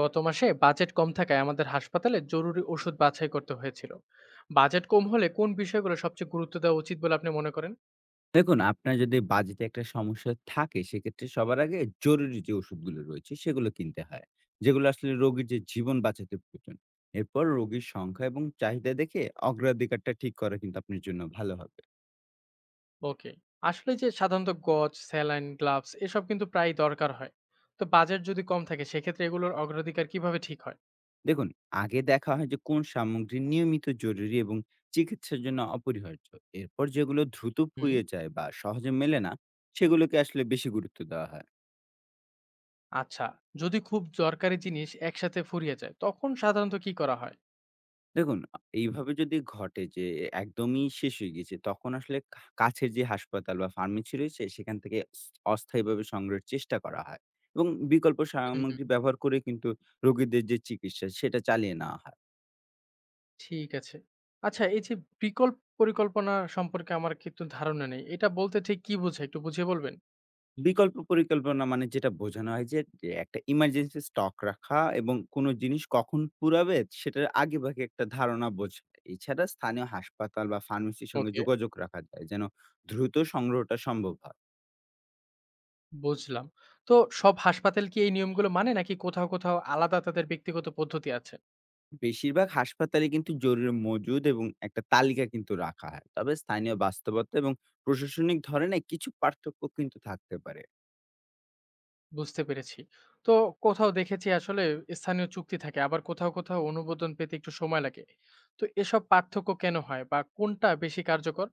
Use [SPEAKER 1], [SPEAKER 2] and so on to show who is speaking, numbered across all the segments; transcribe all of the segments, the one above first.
[SPEAKER 1] গত মাসে বাজেট কম থাকায় আমাদের হাসপাতালে জরুরি ওষুধ বাছাই করতে হয়েছিল। বাজেট কম হলে কোন বিষয়গুলো সবচেয়ে গুরুত্ব দেওয়া উচিত বলে আপনি মনে করেন?
[SPEAKER 2] দেখুন, আপনার যদি বাজেটে একটা সমস্যা থাকে, সেক্ষেত্রে সবার আগে জরুরি যে ওষুধগুলো রয়েছে, সেগুলো কিনতে হয়। যেগুলো আসলে রোগীর যে জীবন বাঁচাতে প্রয়োজন। এরপর রোগীর সংখ্যা এবং চাহিদা দেখে অগ্রাধিকারটা ঠিক করা কিন্তু আপনার জন্য ভালো হবে।
[SPEAKER 1] ওকে। আসলে যে সাধারণত গজ, স্যালাইন, গ্লাভস এসব কিন্তু প্রায় দরকার হয়। তো বাজেট যদি কম থাকে, সেক্ষেত্রে এগুলোর অগ্রাধিকার কিভাবে ঠিক হয়?
[SPEAKER 2] দেখুন, আগে দেখা হয় যে কোন সামগ্রী নিয়মিত জরুরি এবং চিকিৎসার জন্য অপরিহার্য। এরপর যেগুলো দ্রুত
[SPEAKER 1] হুম।
[SPEAKER 2] ফুরিয়ে যায় বা সহজে মেলে না, সেগুলোকে আসলে বেশি গুরুত্ব দেওয়া হয়।
[SPEAKER 1] আচ্ছা, যদি খুব দরকারি জিনিস একসাথে ফুরিয়ে যায়, তখন সাধারণত কি করা হয়?
[SPEAKER 2] দেখুন, এইভাবে যদি ঘটে যে একদমই শেষ হয়ে গিয়েছে, তখন আসলে কাছের যে হাসপাতাল বা ফার্মেসি রয়েছে সেখান থেকে অস্থায়ীভাবে সংগ্রহের চেষ্টা করা হয় এবং বিকল্প
[SPEAKER 1] হুম, হুম।
[SPEAKER 2] সামগ্রী ব্যবহার করে কিন্তু রোগীদের যে চিকিৎসা সেটা চালিয়ে নেওয়া হয়।
[SPEAKER 1] ঠিক আছে। আচ্ছা, এই যে বিকল্প পরিকল্পনা সম্পর্কে আমার কিন্তু ধারণা নেই, এটা বলতে ঠিক কি বোঝায় একটু বুঝিয়ে বলবেন?
[SPEAKER 2] বিকল্প পরিকল্পনা মানে যেটা বোঝানো হয় যে, একটা ইমার্জেন্সি স্টক রাখা এবং কোনো জিনিস কখন ফুরাবে সেটার আগেভাগে একটা ধারণা বোঝা। এছাড়া স্থানীয় হাসপাতাল বা ফার্মেসির সঙ্গে
[SPEAKER 1] ওকে,
[SPEAKER 2] যোগাযোগ রাখা যায় যেন দ্রুত সংগ্রহটা সম্ভব হয়।
[SPEAKER 1] বুঝলাম। তো সব হাসপাতাল কি এই নিয়মগুলো মানে, নাকি কোথাও আলাদা তাদের ব্যক্তিগত পদ্ধতি আছে?
[SPEAKER 2] বেশিরভাগ হাসপাতালে কিন্তু জরুরি মজুদ এবং একটা তালিকা কিন্তু রাখা হয়, তবে স্থানীয় বাস্তবতা এবং প্রশাসনিক ধরনে কিছু পার্থক্য কিন্তু থাকতে পারে।
[SPEAKER 1] বুঝতে পেরেছি। তো কোথাও দেখেছি আসলে স্থানীয় চুক্তি থাকে, আবার কোথাও অনুমোদন পেতে একটু সময় লাগে। তো এসব পার্থক্য কেন হয় বা কোনটা বেশি কার্যকর?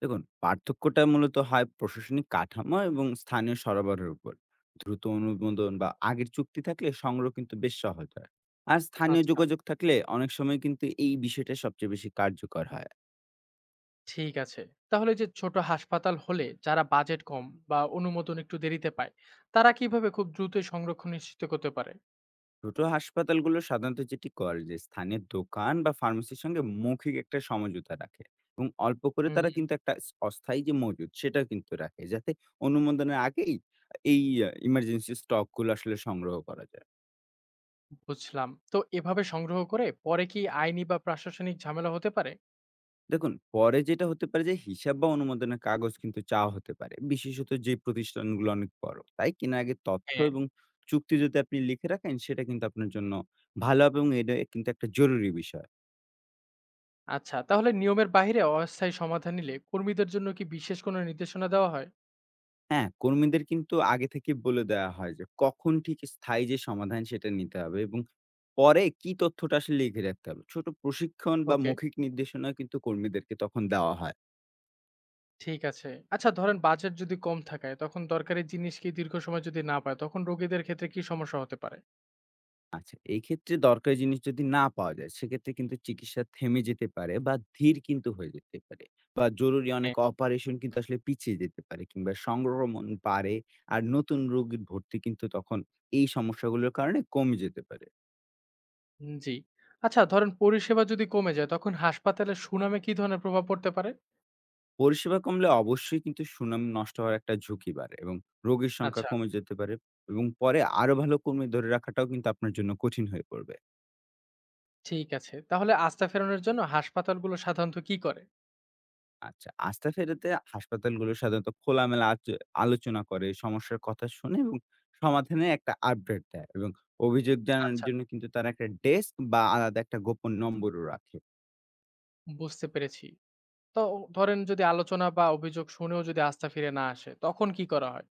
[SPEAKER 2] দেখুন, পার্থক্যটা মূলত হয় প্রশাসনিক কাঠামো এবং স্থানীয় সরবরাহের উপর। দ্রুত অনুমোদন বা আগের চুক্তি থাকলে সংগ্রহ কিন্তু বেশ সহজ হয়। আর স্থানীয়
[SPEAKER 1] আচ্ছা,
[SPEAKER 2] যোগাযোগ থাকলে অনেক সময় কিন্তু এই বিষয়টা সবচেয়ে বেশি কার্যকর হয়।
[SPEAKER 1] ঠিক আছে। তাহলে যে ছোট হাসপাতাল হলে যারা বাজেট কম বা অনুমোদন একটু দেরিতে পায়, তারা কিভাবে খুব দ্রুতই সংরক্ষণ নিশ্চিত করতে পারে?
[SPEAKER 2] ছোট হাসপাতালগুলো সাধারণত যেটি করে যে স্থানীয় দোকান বা ফার্মেসির সঙ্গে মৌখিক একটা সমঝোতা রাখে এবং অল্প করে
[SPEAKER 1] হুম,
[SPEAKER 2] তারা কিন্তু একটা অস্থায়ী যে মজুদ সেটা কিন্তু রাখে, যাতে অনুমোদনের আগেই এই ইমার্জেন্সি স্টকগুলো আসলে সংগ্রহ করা যায়।
[SPEAKER 1] বুঝলাম। তো এভাবে সংগ্রহ করে পরে কি আইনি বা প্রশাসনিক ঝামেলা হতে পারে?
[SPEAKER 2] দেখুন, পরে যেটা হতে পারে যে হিসাব বা অনুমোদনের কাগজ কিন্তু চাওয়া হতে পারে, বিশেষত যে প্রতিষ্ঠানগুলো অনেক বড়। তাই কেনা আগে তথ্য
[SPEAKER 1] হ্যাঁ।
[SPEAKER 2] এবং চুক্তি যদি আপনি লিখে রাখেন সেটা কিন্তু আপনার জন্য ভালো হবে এবং এটা কিন্তু একটা জরুরি বিষয়।
[SPEAKER 1] আচ্ছা, তাহলে নিয়মের বাইরে অস্থায়ী সমাধান নিলে কর্মীদের জন্য কি বিশেষ কোনো নির্দেশনা দেওয়া হয়?
[SPEAKER 2] হ্যাঁ, কর্মীদের কিন্তু আগে থেকে বলে দেওয়া হয় যে কখন ঠিক স্থায়ী যে সমাধান সেটা নিতে হবে এবং পরে কি তথ্যটা আসলে লিখে রাখতে হবে। ছোট প্রশিক্ষণ বা
[SPEAKER 1] ওকে,
[SPEAKER 2] মৌখিক নির্দেশনা কিন্তু কর্মীদেরকে তখন দেওয়া হয়।
[SPEAKER 1] ঠিক আছে। আচ্ছা ধরেন, বাজেট যদি কম থাকায় তখন দরকারি জিনিস কি দীর্ঘ সময় যদি না পায়, তখন রোগীদের ক্ষেত্রে কি সমস্যা হতে পারে?
[SPEAKER 2] আচ্ছা, এই ক্ষেত্রে দরকারি জিনিস যদি না পাওয়া যায় সেক্ষেত্রে কিন্তু চিকিৎসা থেমে যেতে পারে বা ধীর কিন্তু হয়ে যেতে পারে বা জরুরি
[SPEAKER 1] হ্যাঁ,
[SPEAKER 2] অনেক অপারেশন কিন্তু আসলে পিছিয়ে যেতে পারে কিংবা সংক্রমণ বাড়ে। আর নতুন রোগীর ভর্তি কিন্তু তখন এই সমস্যাগুলোর কারণে কমে যেতে পারে।
[SPEAKER 1] জি। আচ্ছা ধরেন, পরিষেবা যদি কমে যায় তখন হাসপাতালের সুনামে কি ধরনের প্রভাব পড়তে পারে?
[SPEAKER 2] পরিষেবা কমলে অবশ্যই কিন্তু সুনাম নষ্ট হওয়ার একটা ঝুঁকি বাড়ে এবং রোগীর সংখ্যা
[SPEAKER 1] আচ্ছা,
[SPEAKER 2] কমে যেতে পারে এবং পরে আরো ভালো কর্মী ধরে রাখাটাও কিন্তু আপনার জন্য কঠিন হয়ে পড়বে।
[SPEAKER 1] ঠিক আছে। তাহলে আস্থা ফেরানোর জন্য হাসপাতালগুলো সাধারণত কি করে?
[SPEAKER 2] আচ্ছা, আস্থা ফেরাতে হাসপাতালগুলো সাধারণত খোলামেলা আলোচনা করে সমস্যার কথা শুনে এবং সমাধানে একটা আপডেট দেয় এবং অভিযোগ জানার
[SPEAKER 1] আচ্ছা,
[SPEAKER 2] জন্য কিন্তু তারা একটা ডেস্ক বা আলাদা একটা গোপন নম্বরও রাখে।
[SPEAKER 1] বুঝতে পেরেছি। তো ধরেন, যদি আলোচনা বা অভিযোগ শুনেও যদি আস্থা ফিরে না আসে, তখন কি করা হয়?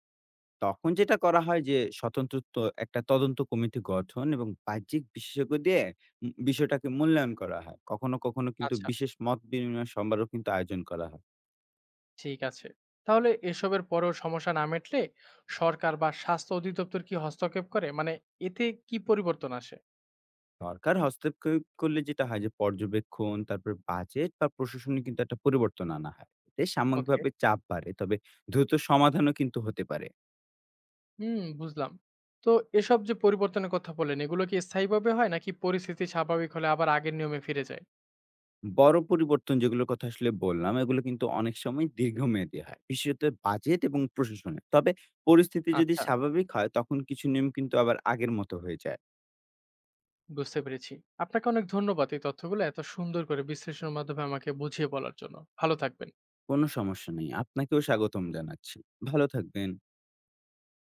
[SPEAKER 2] তখন যেটা করা হয় যে স্বতন্ত্র তো একটা তদন্ত কমিটি গঠন এবং বাহ্যিক বিশেষজ্ঞ দিয়ে বিষয়টাকে মূল্যায়ন করা হয়। কখনো, কখনো কিন্তু
[SPEAKER 1] আচ্ছা,
[SPEAKER 2] বিশেষ মত বিনিময় সভারও কিন্তু আয়োজন করা হয়।
[SPEAKER 1] ঠিক আছে। তাহলে এসবের পরেও সমস্যা না মিটলে সরকার বা স্বাস্থ্য অধিদপ্তর কি হস্তক্ষেপ করে, মানে এতে কি পরিবর্তন আসে?
[SPEAKER 2] সরকার হস্তক্ষেপ করলে যেটা হয় যে পর্যবেক্ষণ, তারপরে বাজেট বা প্রশাসনে কিন্তু একটা পরিবর্তন আনা হয়। এতে
[SPEAKER 1] ওকে।
[SPEAKER 2] সাময়িকভাবে চাপ বাড়ে, তবে দ্রুত সমাধানও কিন্তু হতে পারে।
[SPEAKER 1] হুম, বুঝলাম। তো এসব যে পরিবর্তনের কথা বলেন, এগুলো কি স্থায়ীভাবে হয় নাকি পরিস্থিতি স্বাভাবিক হলে আবার আগের নিয়মে ফিরে যায়?
[SPEAKER 2] বড় পরিবর্তন যেগুলোর কথা আসলে বললাম, এগুলো কিন্তু অনেক সময় দীর্ঘমেয়াদী হয়। বিশেষত বাজেট এবং প্রশাসনে। তবে পরিস্থিতি যদি
[SPEAKER 1] আচ্ছা,
[SPEAKER 2] স্বাভাবিক হয়, তখন কিছু নিয়ম কিন্তু আবার আগের মতো হয়ে যায়।
[SPEAKER 1] বুঝতে পেরেছি। আপনাকে অনেক ধন্যবাদ এই তথ্যগুলো এত সুন্দর করে বিশ্লেষণের মাধ্যমে আমাকে বুঝিয়ে বলার জন্য। ভালো থাকবেন।
[SPEAKER 2] কোনো সমস্যা নেই। আপনাকেও স্বাগতম জানাচ্ছি। ভালো থাকবেন।